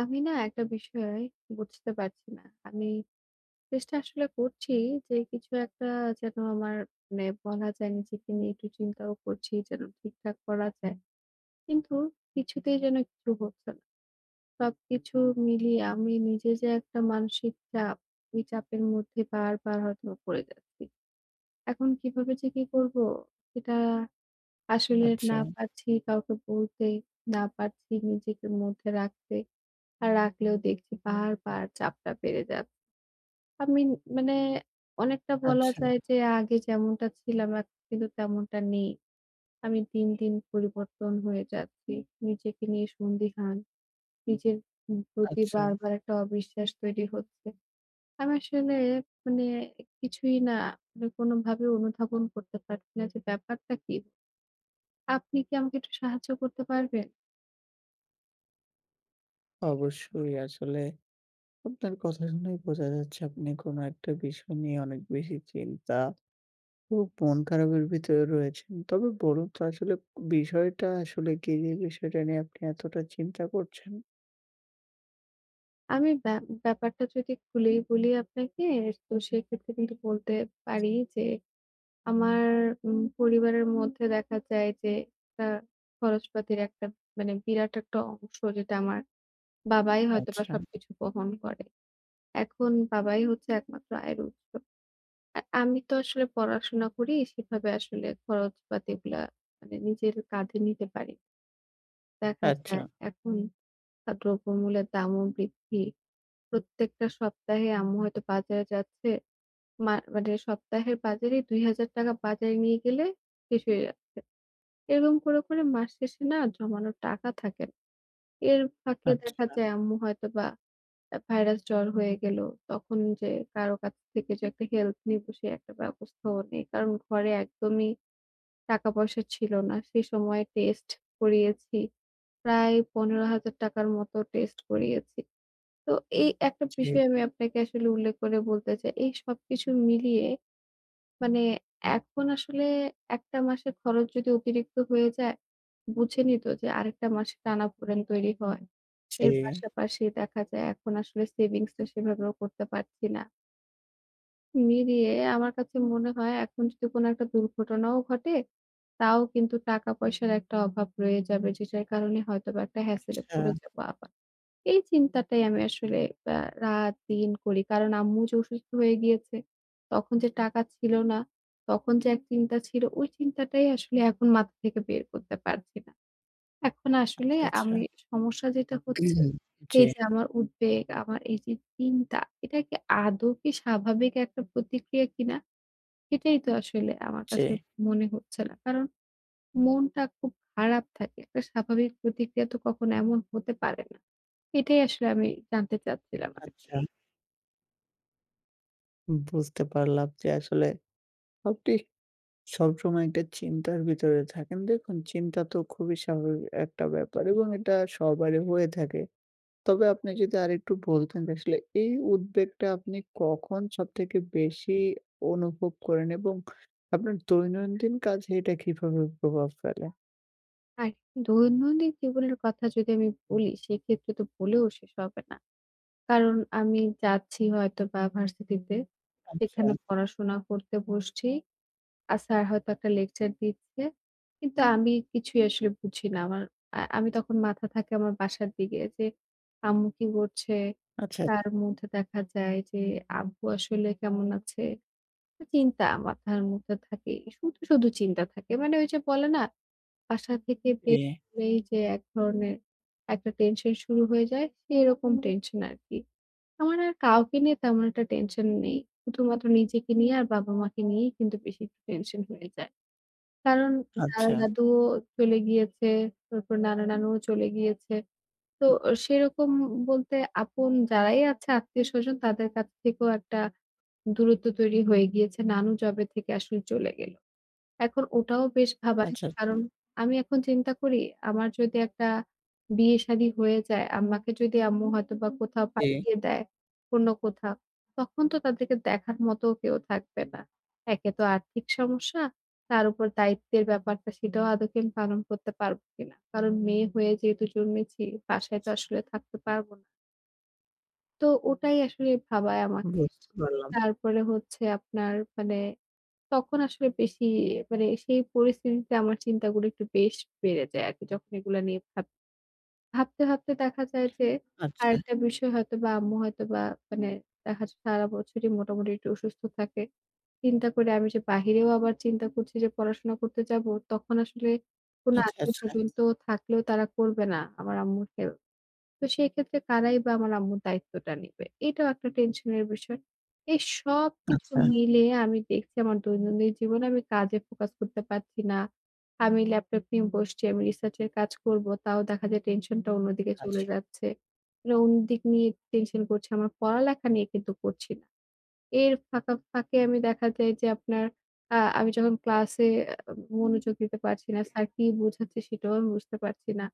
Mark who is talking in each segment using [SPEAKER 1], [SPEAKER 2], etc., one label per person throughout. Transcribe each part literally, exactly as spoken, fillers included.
[SPEAKER 1] আমি না একটা বিষয় বুঝতে পারছি না। আমি চেষ্টা আসলে করছি যে কিছু একটা যেন আমার মানে বলা যায় নিজেকে নিয়ে একটু চিন্তাও করছি যেন ঠিকঠাক করা যায়। কিন্তু কিছুতেই যেন কিছু হচ্ছে না। সবকিছু মিলিয়ে আমি নিজে যে একটা মানসিক চাপ, এই চাপের মধ্যে বারবার হয়তো পড়ে যাচ্ছি। এখন কিভাবে যে কি করব সেটা আসলে
[SPEAKER 2] আচ্ছা,
[SPEAKER 1] না পারছি কাউকে বলতে, না পারছি নিজেকে মধ্যে রাখতে। আর রাখলেও দেখছি বারবার চাপটা বেড়ে যাচ্ছে। আমি মানে অনেকটা বলা
[SPEAKER 2] আচ্ছা,
[SPEAKER 1] যায় যে আগে যেমনটা ছিলাম এখন কিন্তু তেমনটা নেই। আমি দিন, দিন পরিবর্তন হয়ে যাচ্ছি। নিজেকে নিয়ে সন্দিহান। নিজের উম প্রতি
[SPEAKER 2] আচ্ছা।
[SPEAKER 1] বারবার একটা অবিশ্বাস তৈরি হচ্ছে। আমি আসলে মানে কিছুই না মানে কোনোভাবে অনুধাবন করতে পারছি না যে ব্যাপারটা কী? আপনি কি আমাকে একটু সাহায্য করতে পারবেন?
[SPEAKER 2] অবশ্যই আসলে আপনার কথা শুনেই বোঝা যাচ্ছে আপনি কোনো একটা বিষয় নিয়ে অনেক বেশি চিন্তা ও মন খারাপের ভিতরে রয়েছেন। তবে বলুন তো আসলে বিষয়টা আসলে কি যে বিষয়টা নিয়ে আপনি এতটা চিন্তা করছেন?
[SPEAKER 1] আমি ব্যা ব্যাপারটা যদি খুলেই বলি আপনাকে, তো সেক্ষেত্রে কিন্তু বলতে পারি যে, আমার উম পরিবারের মধ্যে দেখা যায় যে, একটা খরচপাতির একটা মানে বিরাট একটা অংশ যেটা আমার বাবাই হয়তোবা
[SPEAKER 2] আচ্ছা,
[SPEAKER 1] সবকিছু বহন করে। এখন বাবাই হচ্ছে একমাত্র আয়ের উৎস। আর আমি তো আসলে পড়াশোনা করি, সেভাবে আসলে খরচপাতিগুলা মানে নিজের কাঁধে নিতে পারি। না। দেখা
[SPEAKER 2] আচ্ছা,
[SPEAKER 1] যায় এখন আ দ্রব্যমূল্যের দামও বৃদ্ধি। প্রত্যেকটা সপ্তাহে আম্মু হয়তো বাজারে যাচ্ছে। মা মানে সপ্তাহের বাজারেই ৳দুই হাজার বাজারে নিয়ে গেলে শেষ হয়ে যাচ্ছে। এরকম করে, করে মাস শেষে না জমানো টাকা থাকে না। এর ফাঁকে দেখা
[SPEAKER 2] আচ্ছা।
[SPEAKER 1] যায় আম্মু হয়তোবা অ্যা ভাইরাস জ্বর হয়ে গেল। তখন যে কারো কাছ থেকে যে একটা হেল্প নিব সে একটা ব্যবস্থাও নেই। কারণ ঘরে একদমই টাকা-পয়সা ছিল না। সে সময়ে টেস্ট করিয়েছি। প্রায় ৳পনেরো হাজার মতো টেস্ট করিয়েছি। তো এই একটা
[SPEAKER 2] জি,
[SPEAKER 1] বিষয় আমি আপনাকে আসলে উল্লেখ করে বলতে চাই। এই সবকিছু মিলিয়ে মানে এখন আসলে এক টা মাসের খরচ যদি অতিরিক্ত হয়ে যায়, বুঝেনি তো যে আরেকটা মাসে টানাপোড়েন তৈরি হয়।
[SPEAKER 2] জি।
[SPEAKER 1] এর পাশাপাশি দেখা যায় এখন আসলে সেভিংস টা সেভাবেও করতে পারছি না। মিলিয়ে আমার কাছে মনে হয় এখন যদি কোনো একটা দুর্ঘটনাও ঘটে, তাও কিন্তু টাকা পয়সার একটা অভাব রয়ে যাবে যেটার কারণে হয়তোবা একটা হ্যাসেল এ
[SPEAKER 2] আচ্ছা,
[SPEAKER 1] পড়ে যাবো আবার। এই চিন্তাটাই আমি আসলে আ রাত-দিন করি। কারণ আম্মু যে অসুস্থ হয়ে গিয়েছে, তখন যে টাকা ছিল না, তখন যে এক চিন্তা ছিল, ওই চিন্তাটাই আসলে এখন মাথা থেকে বের করতে পারছি না। এখন আসলে
[SPEAKER 2] আচ্ছা, আচ্ছা।
[SPEAKER 1] আমি সমস্যা যেটা হচ্ছে,
[SPEAKER 2] উম, জি,
[SPEAKER 1] এই যে আমার উদ্বেগ, আমার এই যে চিন্তা, এটা কি আদৌ কি স্বাভাবিক একটা প্রতিক্রিয়া কিনা? সেটাই তো আসলে আমার
[SPEAKER 2] জি।
[SPEAKER 1] কাছে মনে হচ্ছে না। কারণ মনটা খুব খারাপ থাকে। একটা স্বাভাবিক প্রতিক্রিয়া তো কখনো এমন হতে পারে না। এটাই আসলে আমি জানতে চাচ্ছিলাম আরকি।
[SPEAKER 2] আচ্ছা। বুঝতে পারলাম যে আসলে আপনি সবসময় একটা চিন্তার ভিতরে থাকেন। দেখুন চিন্তা তো খুবই স্বাভাবিক একটা ব্যাপার এবং এটা সবারই হয়ে থাকে। তবে আপনি যদি আরেকটু বলতেন যে আসলে এই উদ্বেগটা আপনি কখন সবথেকে বেশি অনুভব করেন এবং আপনার দৈনন্দিন কাজে এটা কিভাবে প্রভাব ফেলে?
[SPEAKER 1] আর দৈনন্দিন জীবনের কথা যদি আমি বলি, সেক্ষেত্রে তো বলেও শেষ হবে না। কারণ আমি যাচ্ছি হয়তোবা ভার্সিটিতে,
[SPEAKER 2] আচ্ছা,
[SPEAKER 1] সেখানে পড়াশোনা করতে বসছি। আর স্যার হয়তো একটা লেকচার দিচ্ছে। কিন্তু আমি কিছুই আসলে বুঝি না। আমার আ আমি তখন মাথা থাকে আমার বাসার দিকে যে, আম্মু কি করছে?
[SPEAKER 2] আচ্ছা,
[SPEAKER 1] তার মধ্যে দেখা যায় যে, আব্বু আসলে কেমন আছে? চিন্তা মাথার মধ্যে থাকে। শুধু, শুধু চিন্তা থাকে। মানে ওই যে বলে না বাসা থেকে
[SPEAKER 2] জি,
[SPEAKER 1] বের হলেই যে এক ধরনের একটা টেনশন শুরু হয়ে যায়, সেরকম হুম। টেনশন আরকি। আমার আর কাউকে নিয়ে তেমন একটা টেনশন নেই। শুধুমাত্র নিজেকে নিয়ে আর বাবা-মাকে নিয়েই কিন্তু বেশি একটু টেনশন হয়ে যায়। কারণ
[SPEAKER 2] আচ্ছা,
[SPEAKER 1] দাদা-দাদুও চলে গিয়েছে, তারপর নানা-নানুও চলে গিয়েছে। তো সেরকম বলতে আপন যারাই আছে আত্মীয়স্বজন তাদের কাছ থেকেও একটা দূরত্ব তৈরি হয়ে গিয়েছে। নানু যবে থেকে আসলে চলে গেল। এখন ওটাও বেশ ভাবায়।
[SPEAKER 2] আচ্ছা, আচ্ছা,
[SPEAKER 1] কারণ আমি এখন চিন্তা করি আমার যদি একটা বিয়ে-শাদী হয়ে যায়, আম্মাকে যদি আম্মু হয়তোবা কোথাও
[SPEAKER 2] জি,
[SPEAKER 1] পাঠিয়ে দেয়, অন্য কোথাও, তখন তো তাদেরকে দেখার মতো কেউ থাকবে না। একে তো আর্থিক সমস্যা, তার উপর দায়িত্বের ব্যাপারটা সেটাও আদৌকে আমি পালন করতে পারব কিনা। কারণ মেয়ে হয়ে যেহেতু জন্মেছি,
[SPEAKER 2] আচ্ছা,
[SPEAKER 1] বাসায় তো
[SPEAKER 2] আচ্ছা,
[SPEAKER 1] আসলে থাকতে পারব না। তো ওটাই আসলে ভাবায় আমাকে।
[SPEAKER 2] বুঝতে পারলাম।
[SPEAKER 1] তারপরে হচ্ছে আপনার মানে তখন আসলে বেশি মানে সেই পরিস্থিতিতে আমার চিন্তাগুলো একটু বেশ বেড়ে যায় আরকি। যখন এগুলা নিয়ে ভাব ভাবতে, ভাবতে দেখা যায় যে
[SPEAKER 2] আচ্ছা,
[SPEAKER 1] আরেকটা বিষয় হয়তোবা আম্মু হয়তোবা মানে দেখা যায় সারা বছরই মোটামুটি একটু অসুস্থ থাকে। চিন্তা করে আমি যে বাহিরেও আবার চিন্তা করছি যে পড়াশোনা করতে যাবো, তখন আসলে কোনো
[SPEAKER 2] আচ্ছা, আচ্ছা,
[SPEAKER 1] আত্মীয়স্বজন তো থাকলেও তারা করবে না আমার আম্মুর হেল্প। তো সেই ক্ষেত্রে কারাই বা আমার আম্মুর দায়িত্বটা নিবে? এটাও একটা টেনশনের বিষয়। এই সবকিছু
[SPEAKER 2] আচ্ছা,
[SPEAKER 1] মিলিয়ে আমি দেখছি আমার দৈনন্দিন জীবনে আমি কাজে ফোকাস করতে পারছি না। আমি ল্যাপটপ নিয়ে বসছি, আমি রিসার্চ এর কাজ করব। তাও দেখা যায় টেনশনটা অন্যদিকে চলে
[SPEAKER 2] আচ্ছা।
[SPEAKER 1] যাচ্ছে। মানে অন্যদিক নিয়ে টেনশন করছি। আমার পড়ালেখা নিয়ে কিন্তু করছি না। এর ফাঁকা ফাঁকে আমি দেখা যায় যে আপনার আ আমি যখন ক্লাসে আ মনোযোগ দিতে পারছি না, স্যার কি বোঝাচ্ছে সেটাও আমি বুঝতে পারছি না।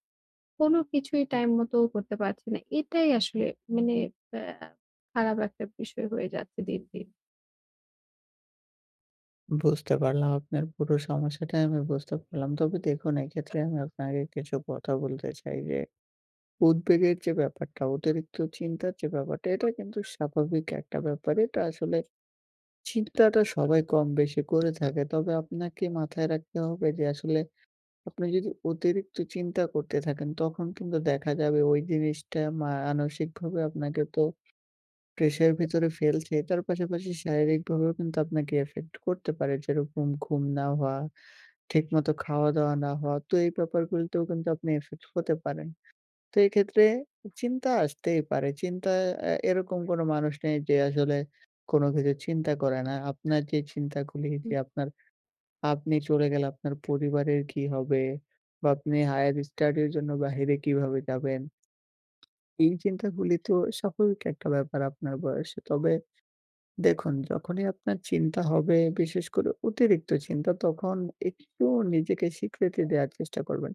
[SPEAKER 1] কোনো কিছুই টাইম মতো করতে পারছি না। এটাই আসলে মানে আ খারাপ একটা বিষয় হয়ে যাচ্ছে দিন, দিন।
[SPEAKER 2] বুঝতে পারলাম আপনার পুরো সমস্যাটা আমি বুঝতে পারলাম। তবে দেখুন এক্ষেত্রে আমি আপনাকে কিছু কথা বলতে চাই যে, উদ্বেগের যে ব্যাপারটা, অতিরিক্ত চিন্তার যে ব্যাপারটা, এটা কিন্তু স্বাভাবিক একটা ব্যাপার। এটা আসলে চিন্তাটা সবাই কম-বেশি করে থাকে। তবে আপনাকে মাথায় রাখতে হবে যে আসলে আপনি যদি অতিরিক্ত চিন্তা করতে থাকেন, তখন কিন্তু দেখা যাবে ওই জিনিসটা মা মানসিকভাবে আপনাকে তো প্রেশার ভেতরে ফেলছে, তার পাশাপাশি শারীরিকভাবেও কিন্তু আপনাকে এফেক্ট করতে পারে। যেরকম ঘুম না হওয়া, ঠিকমতো খাওয়া-দাওয়া না হওয়া। তো এই ব্যাপারগুলোতেও কিন্তু আপনি এফেক্ট হতে পারেন। তো এক্ষেত্রে চিন্তা আসতেই পারে। চিন্তা এ এরকম কোনো মানুষ নেই যে আসলে কোনো কিছু চিন্তা করে না। আপনার যে চিন্তাগুলি যে
[SPEAKER 1] উম
[SPEAKER 2] আপনার আপনি চলে গেলে আপনার পরিবারের কি হবে? বা আপনি হায়ার স্টাডির জন্য বাহিরে কিভাবে যাবেন? এই চিন্তাগুলি তো স্বাভাবিক একটা ব্যাপার আপনার বয়সে। তবে দেখুন, যখনই আপনার চিন্তা হবে, বিশেষ করে অতিরিক্ত চিন্তা, তখন একটু নিজেকে স্বীকৃতি দেওয়ার চেষ্টা করবেন।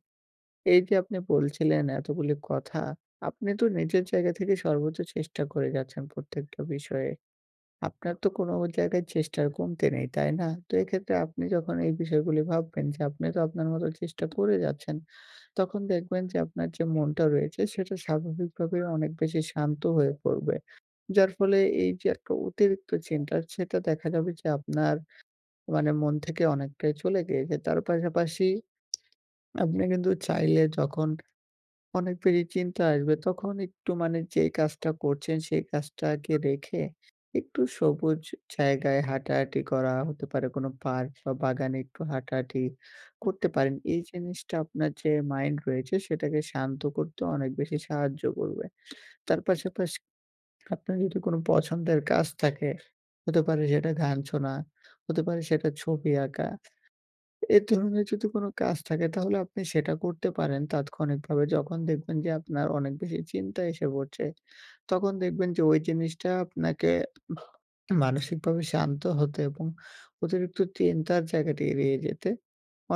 [SPEAKER 2] এই যে আপনি বলছিলেন এতগুলি কথা, আপনি তো নিজের জায়গা থেকে সর্বোচ্চ চেষ্টা করে যাচ্ছেন প্রত্যেকটা বিষয়ে। আপনার তো কোনো জায়গায় চেষ্টার কমতি নেই, তাই না? তো এক্ষেত্রে আপনি যখন এই বিষয়গুলি ভাববেন যে আপনি তো আপনার মতো চেষ্টা করে যাচ্ছেন, তখন দেখবেন যে আপনার যে মনটা রয়েছে সেটা স্বাভাবিকভাবেই অনেক বেশি শান্ত হয়ে পড়বে। যার ফলে এই যে একটা অতিরিক্ত চিন্তা সেটা দেখা যাবে যে আপনার মানে মন থেকে অনেকটাই চলে গিয়েছে। তার পাশাপাশি আপনি কিন্তু চাইলে যখন অনেক বেশি চিন্তা আসবে তখন একটু মানে যেই কাজটা করছেন সেই কাজটাকে রেখে একটু সবুজ জায়গায় হাঁটাহাঁটি করা হতে পারে কোনো পার্ক বা বাগানে একটু হাঁটাহাঁটি করতে পারেন। এই জিনিসটা আপনার যে মাইন্ড রয়েছে সেটাকে শান্ত করতে অনেক বেশি সাহায্য করবে। তার পাশাপাশি আপনার যদি কোনো পছন্দের কাজ থাকে, হতে পারে সেটা গান শোনা, হতে পারে সেটা ছবি আঁকা। এ ধরনের যদি কোনো কাজ থাকে তাহলে আপনি সেটা করতে পারেন তাৎক্ষণিকভাবে। যখন দেখবেন যে আপনার অনেক বেশি চিন্তা এসে পড়ছে, তখন দেখবেন যে ওই জিনিসটা আপনাকে মানসিকভাবে শান্ত হতে এবং অতিরিক্ত চিন্তার জায়গাটি এড়িয়ে যেতে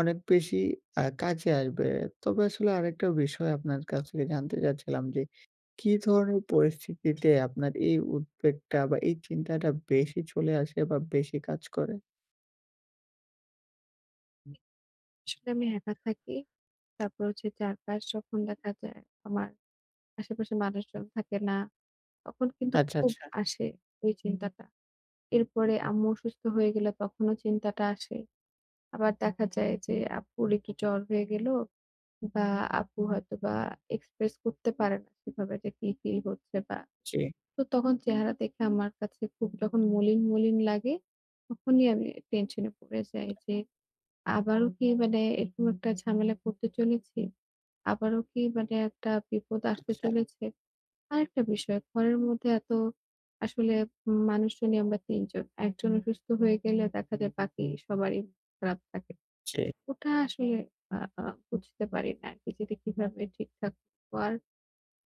[SPEAKER 2] অনেক বেশি আ কাজে আসবে। তবে আসলে আরেকটা বিষয় আপনার কাছ থেকে জানতে চাচ্ছিলাম যে কি ধরনের পরিস্থিতিতে আপনার এই উদ্বেগটা বা এই চিন্তাটা বেশি চলে আসে বা বেশি কাজ করে?
[SPEAKER 1] আসলে আমি একা থাকি। তারপর হচ্ছে চারপাশ যখন দেখা যায় আমার আশেপাশে মানুষজন থাকে না, তখন কিন্তু
[SPEAKER 2] আচ্ছা,
[SPEAKER 1] খুব
[SPEAKER 2] আচ্ছা।
[SPEAKER 1] আসে ওই চিন্তাটা। এরপরে আম্মু অসুস্থ হয়ে গেলে তখনও চিন্তাটা আসে। আবার দেখা যায় যে আব্বুর একটু জ্বর হয়ে গেল বা আব্বু হয়তোবা এক্সপ্রেস করতে পারে না সেভাবে যে কি ফিল হচ্ছে বা
[SPEAKER 2] জি,
[SPEAKER 1] তো তখন চেহারা দেখে আমার কাছে খুব যখন মলিন, মলিন লাগে, তখনই আমি টেনশনে পড়ে যাই যে, আবারও কি মানে এরকম একটা ঝামেলা করতে চলেছি? আবারও কি মানে একটা বিপদ আসতে
[SPEAKER 2] আচ্ছা।
[SPEAKER 1] চলেছে? আরেকটা বিষয়, ঘরের মধ্যে এত আসলে উম মানুষজনই আমরা তিন জন। একজন অসুস্থ হয়ে গেলে দেখা যায় বাকি সবারই খারাপ থাকে।
[SPEAKER 2] জি,
[SPEAKER 1] ওটা আসলে আ আ বুঝতে পারি না আরকি যে এটা কিভাবে ঠিকঠাক করবো। আর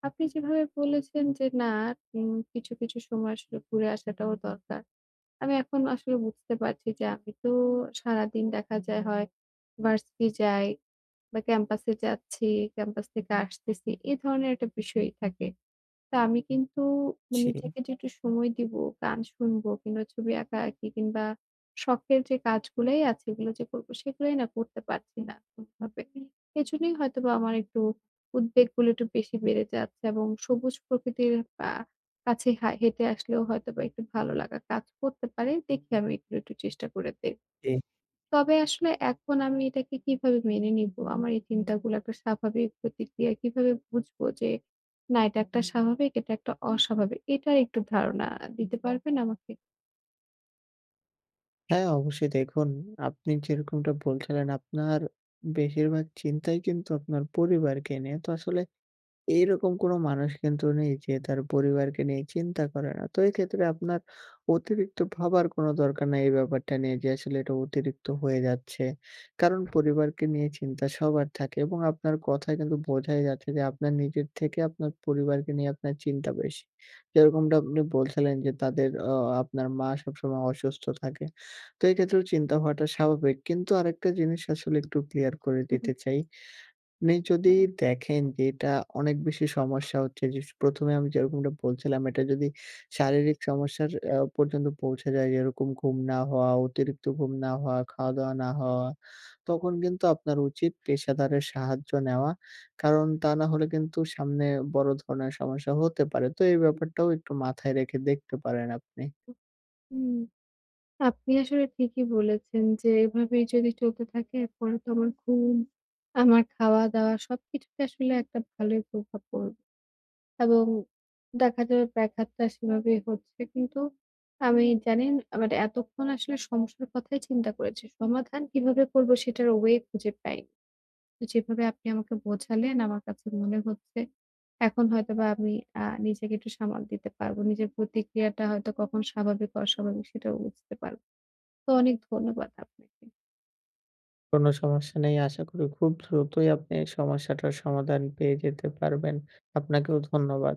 [SPEAKER 1] আপনি যেভাবে বলেছেন যে না উম কিছু, কিছু সময় আসলে ঘুরে আসাটাও দরকার। আমি এখন আসলে বুঝতে পারছি যে আমি তো সারাদিন দেখা যায় হয় ভার্সিটি যাই বা ক্যাম্পাসে যাচ্ছি, ক্যাম্পাস থেকে আসতেছি। এ ধরনের একটা বিষয়ই থাকে। তো আমি কিন্তু
[SPEAKER 2] জি,
[SPEAKER 1] নিজেকে যে একটু সময় দিব, গান শুনবো কিংবা ছবি আঁকাআঁকি কিংবা শখের যে কাজগুলাই আছে এগুলো যে করবো সেগুলাই না করতে পারছি না কোনভাবে। এজন্যই হয়তোবা আমার একটু উদ্বেগগুলো একটু বেশি বেড়ে যাচ্ছে এবং সবুজ প্রকৃতির আ কাছে হা হেঁটে আসলেও হয়তোবা একটু ভালো লাগা কাজ করতে পারে। দেখি আমি এগুলো একটু চেষ্টা করে দে
[SPEAKER 2] জি।
[SPEAKER 1] তবে আসলে এখন আমি এটাকে কিভাবে মেনে নিবো? আমার এই চিন্তাগুলো একটা স্বাভাবিক প্রতিক্রিয়া কিভাবে বুঝবো যে, না এটা একটা স্বাভাবিক, এটা একটা অস্বাভাবিক। এটার একটু ধারণা দিতে পারবেন আমাকে?
[SPEAKER 2] হ্যাঁ, অবশ্যই দেখুন আপনি যেরকমটা বলছিলেন আপনার বেশিরভাগ চিন্তাই কিন্তু আপনার পরিবারকে নিয়ে। তো আসলে এইরকম কোনো মানুষ কিন্তু নেই যে তার পরিবারকে নিয়ে চিন্তা করে না। তো এক্ষেত্রে আপনার অতিরিক্ত ভাবার কোনো দরকার নাই এই ব্যাপারটা নিয়ে যে আসলে এটা অতিরিক্ত হয়ে যাচ্ছে। কারণ পরিবারকে নিয়ে চিন্তা সবার থাকে এবং আপনার কথায় কিন্তু বোঝাই যাচ্ছে যে আপনার নিজের থেকে আপনার পরিবারকে নিয়ে আপনার চিন্তা বেশি। যেরকমটা আপনি বলছিলেন যে তাদের অ আপনার মা সবসময় অসুস্থ থাকে। তো এক্ষেত্রেও চিন্তা হওয়াটা স্বাভাবিক। কিন্তু আরেকটা জিনিস আসলে একটু ক্লিয়ার করে
[SPEAKER 1] হুম, হুম।
[SPEAKER 2] দিতে চাই। আপনি যদি দেখেন যে এটা অনেক বেশি সমস্যা হচ্ছে, যে প্রথমে আমি যেরকমটা বলছিলাম এটা যদি শারীরিক সমস্যার আহ, পর্যন্ত পৌঁছে যায়, যেরকম ঘুম না হওয়া, অতিরিক্ত ঘুম না হওয়া, খাওয়া দাওয়া না হওয়া, তখন কিন্তু আপনার উচিত পেশাদারের সাহায্য নেওয়া। কারণ তা না হলে কিন্তু সামনে বড় ধরনের সমস্যা হতে পারে। তো এই ব্যাপারটাও একটু মাথায় রেখে দেখতে পারেন আপনি।
[SPEAKER 1] হুম, আপনি আসলে ঠিকই বলেছেন যে, এভাবেই যদি চলতে থাকে পরে তো আমার ঘুম, আমার খাওয়া-দাওয়া সবকিছুতে আসলে একটা ভালোই প্রভাব পড়বে। এবং দেখা যাবে ব্যাঘাতটা সেভাবেই হচ্ছে। কিন্তু আমি জানেন মানে এতক্ষণ আসলে সমস্যার কথাই চিন্তা করেছি। সমাধান কিভাবে করব সেটার ওয়ে খুঁজে পাইনি। তো যেভাবে আপনি আমাকে বোঝালেন আমার কাছে মনে হচ্ছে এখন হয়তোবা আমি আ নিজেকে একটু সামাল দিতে পারব। নিজের প্রতিক্রিয়াটা হয়তো কখন স্বাভাবিক, অস্বাভাবিক সেটাও বুঝতে পারব। তো অনেক ধন্যবাদ আপনাকে।
[SPEAKER 2] কোনো সমস্যা নেই, আশা করি খুব দ্রুতই আপনি এই সমস্যাটার সমাধান পেয়ে যেতে পারবেন। আপনাকেও ধন্যবাদ।